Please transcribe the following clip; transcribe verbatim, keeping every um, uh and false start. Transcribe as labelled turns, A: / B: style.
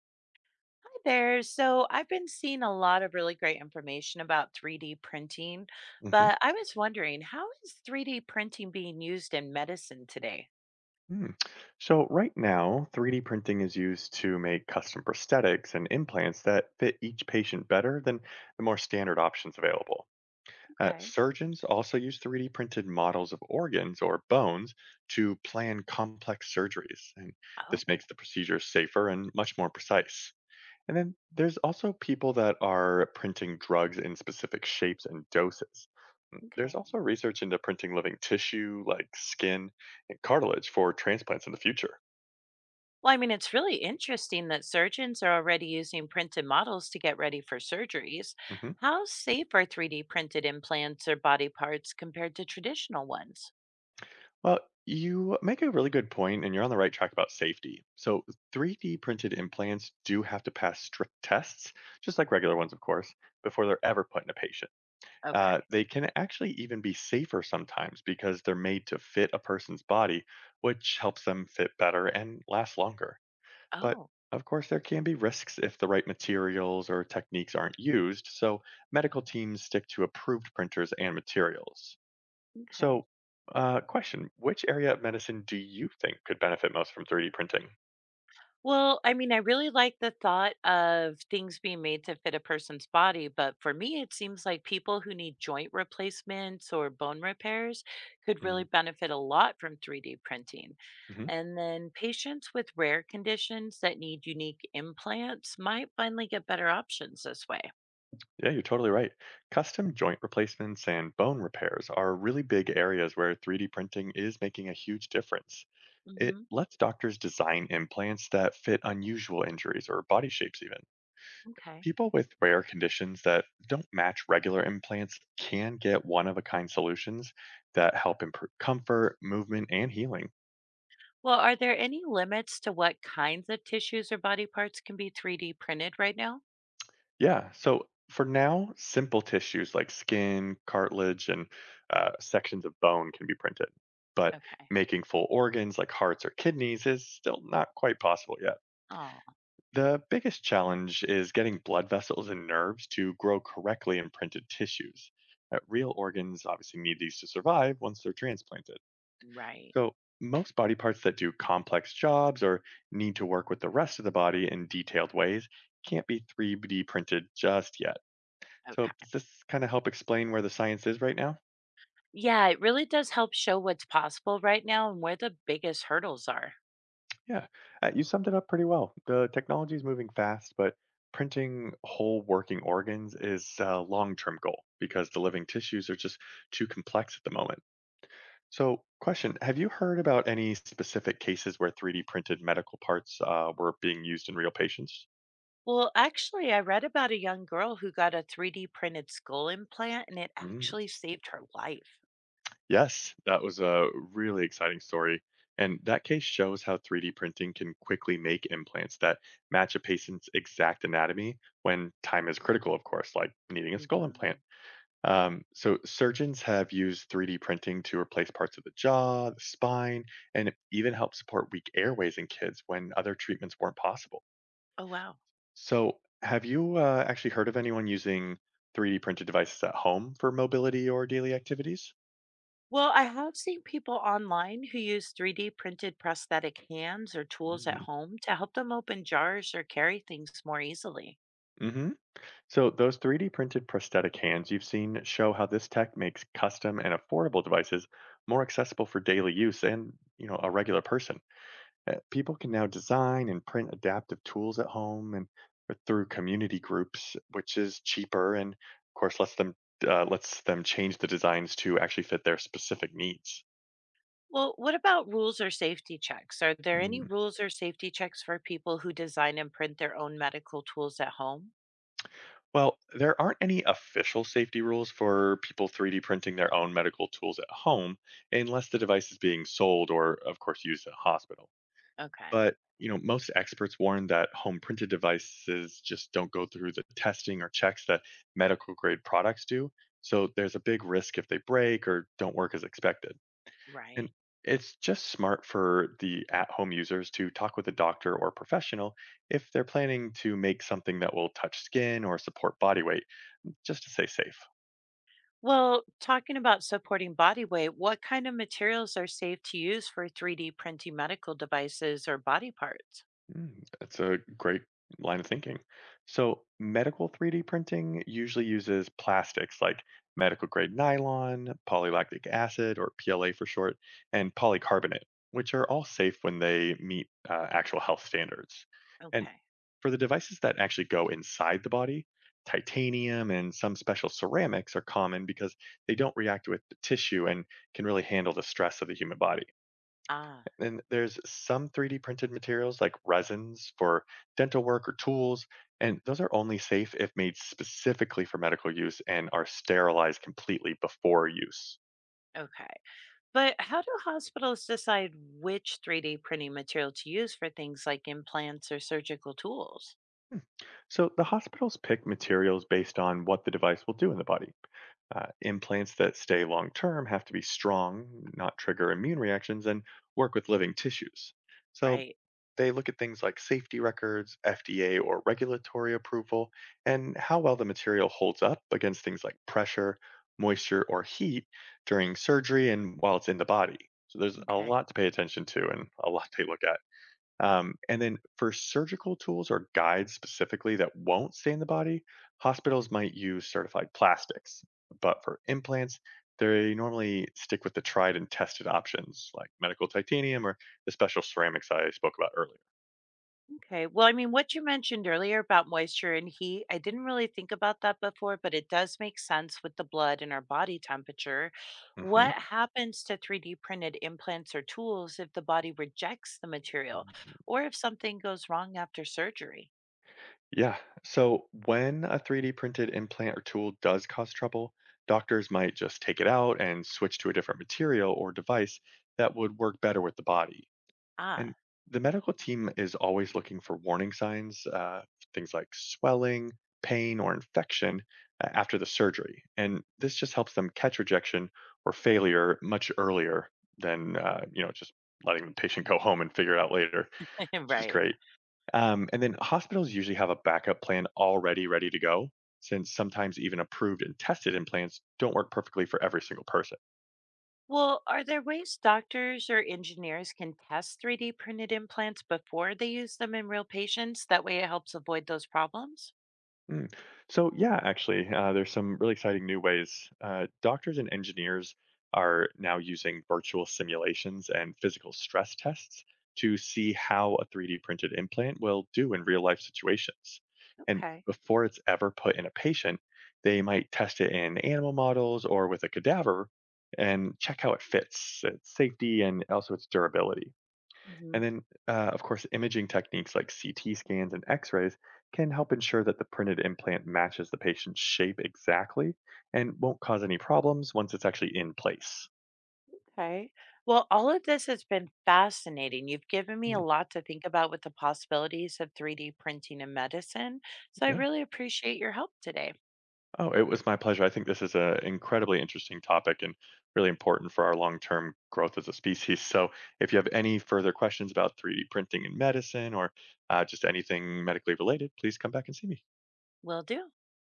A: Hi there. So I've been seeing a lot of really great information about three D printing,
B: Mm-hmm.
A: but I was wondering, how is three D printing being used in medicine today?
B: hmm So, right now, three D printing is used to make custom prosthetics and implants that fit each patient better than the more standard options available. Uh,
A: Okay.
B: surgeons also use three D printed models of organs or bones to plan complex surgeries, and this
A: Oh,
B: makes the procedure safer and much more precise. And then there's also people that are printing drugs in specific shapes and doses. Mm, There's
A: okay.
B: also research into printing living tissue like skin and cartilage for transplants in the future.
A: Well, I mean, it's really interesting that surgeons are already using printed models to get ready for surgeries.
B: hmm
A: How safe are three D printed implants or body parts compared to traditional ones?
B: Well, you make a really good point and you're on the right track about safety. So, three D printed implants do have to pass strict tests, just like regular ones, of course, before they're ever put in a patient.
A: Okay.
B: Uh, they can actually even be safer sometimes because they're made to fit a person's body, which helps them fit better and last longer. But
A: Oh,
B: of course, there can be risks if the right materials or techniques aren't used, so medical teams stick to approved printers and materials.
A: okay.
B: So, uh, question: Which area of medicine do you think could benefit most from three D printing?
A: Well, I mean, I really like the thought of things being made to fit a person's body, but for me, it seems like people who need joint replacements or bone repairs could really
B: Mhm.
A: benefit a lot from three D printing. And then patients with rare conditions that need unique implants might finally get better options this way.
B: Yeah, you're totally right. Custom joint replacements and bone repairs are really big areas where three D printing is making a huge difference. It
A: hmm
B: lets doctors design implants that fit unusual injuries or body shapes, even.
A: Okay.
B: People with rare conditions that don't match regular implants can get one of a kind solutions that help improve comfort, movement, and healing.
A: Well, are there any limits to what kinds of tissues or body parts can be three D printed right now?
B: Yeah. So for now, simple tissues like skin, cartilage, and uh, sections of bone can be printed. But
A: Okay.
B: making full organs like hearts or kidneys is still not quite possible yet.
A: Oh,
B: The biggest challenge is getting blood vessels and nerves to grow correctly in printed tissues. Uh, real organs obviously need these to survive once they're transplanted.
A: right.
B: So, most body parts that do complex jobs or need to work with the rest of the body in detailed ways can't be three D printed just yet. So
A: Okay.
B: does this kind of help explain where the science is right now?
A: Yeah, it really does help show what's possible right now and where the biggest hurdles are.
B: Yeah, uh, you summed it up pretty well. The technology is moving fast, but printing whole working organs is a long-term goal because the living tissues are just too complex at the moment. So, question: Have you heard about any specific cases where three D printed medical parts uh, were being used in real patients?
A: Well, actually, I read about a young girl who got a three D printed skull implant and it actually saved her life.
B: Yes, that was a really exciting story. And that case shows how three D printing can quickly make implants that match a patient's exact anatomy when time is critical, of course, like needing a skull
A: hmm
B: implant. Um, so, surgeons have used three D printing to replace parts of the jaw, the spine, and it even help support weak airways in kids when other treatments weren't possible.
A: Oh, wow.
B: So, have you uh, actually heard of anyone using three D printed devices at home for mobility or daily activities?
A: Well, I have seen people online who use three D printed prosthetic hands or tools at
B: Mm-hmm.
A: home to help them open jars or carry things more easily.
B: So, those three D printed prosthetic hands you've seen show how this tech makes custom and affordable devices more accessible for daily use and, you know, a regular person. Uh, People can now design and print adaptive tools at home and through community groups, which is cheaper and, of course, lets them uh, lets them change the designs to actually fit their specific needs.
A: Well, what about rules or safety checks? Are there any
B: Hmm.
A: rules or safety checks for people who design and print their own medical tools at home?
B: Well, there aren't any official safety rules for people three D printing their own medical tools at home unless the device is being sold or, of course, used at a hospital.
A: Okay.
B: But, you know, most experts warn that home printed devices just don't go through the testing or checks that medical grade products do. So there's a big risk if they break or don't work as expected. And
A: Right.
B: it's just smart for the at home users to talk with a doctor or professional if they're planning to make something that will touch skin or support body weight just to stay safe.
A: Well, talking about supporting body weight, what kind of materials are safe to use for three D printing medical devices or body parts?
B: Mm, that's a great line of thinking. So, medical three D printing usually uses plastics like medical grade nylon, polylactic acid, or P L A for short, and polycarbonate, which are all safe when they meet uh, actual health standards. And
A: Okay.
B: for the devices that actually go inside the body, titanium and some special ceramics are common because they don't react with the tissue and can really handle the stress of the human body.
A: Ah,
B: And there's some three D printed materials like resins for dental work or tools, and those are only safe if made specifically for medical use and are sterilized completely before use.
A: okay. But how do hospitals decide which three D printing material to use for things like implants or surgical tools?
B: So the hospitals pick materials based on what the device will do in the body. Uh, implants that stay long term have to be strong, not trigger immune reactions, and work with living tissues. So
A: Right.
B: they look at things like safety records, F D A or regulatory approval, and how well the material holds up against things like pressure, moisture, or heat during surgery and while it's in the body. So there's a
A: Okay.
B: lot to pay attention to and a lot to look at. Um, and then for surgical tools or guides specifically that won't stay in the body, hospitals might use certified plastics. But for implants, they normally stick with the tried and tested options like medical titanium or the special ceramics I spoke about earlier.
A: Okay. Well, I mean, what you mentioned earlier about moisture and heat, I didn't really think about that before, but it does make sense with the blood and our body temperature. What
B: hmm
A: happens to three D printed implants or tools if the body rejects the material or if something goes wrong after surgery?
B: Yeah. So when a three D printed implant or tool does cause trouble, doctors might just take it out and switch to a different material or device that would work better with the body. And
A: Ah,
B: the medical team is always looking for warning signs, uh, things like swelling, pain, or infection uh, after the surgery. And this just helps them catch rejection or failure much earlier than
A: okay.
B: uh, you know just letting the patient go home and figure it out later, which is
A: right.
B: great. Um, and then hospitals usually have a backup plan already ready to go, since sometimes even approved and tested implants don't work perfectly for every single person.
A: Well, are there ways doctors or engineers can test three D printed implants before they use them in real patients? That way it helps avoid those problems?
B: Mm. So yeah, actually, uh, there's some really exciting new ways. Uh, doctors and engineers are now using virtual simulations and physical stress tests to see how a three D printed implant will do in real life situations. And
A: Okay.
B: before it's ever put in a patient, they might test it in animal models or with a cadaver and check how it fits, its safety, and also its durability.
A: Hmm.
B: And then, uh, of course, imaging techniques like C T scans and x rays can help ensure that the printed implant matches the patient's shape exactly and won't cause any problems once it's actually in place.
A: Okay. Well, all of this has been fascinating. You've given me a
B: Mm,
A: lot to think about with the possibilities of three D printing in medicine. So I
B: Yeah.
A: really appreciate your help today.
B: Oh, it was my pleasure. I think this is an incredibly interesting topic and really important for our long term growth as a species. So, if you have any further questions about three D printing in medicine or uh, just anything medically related, please come back and see me.
A: Will do.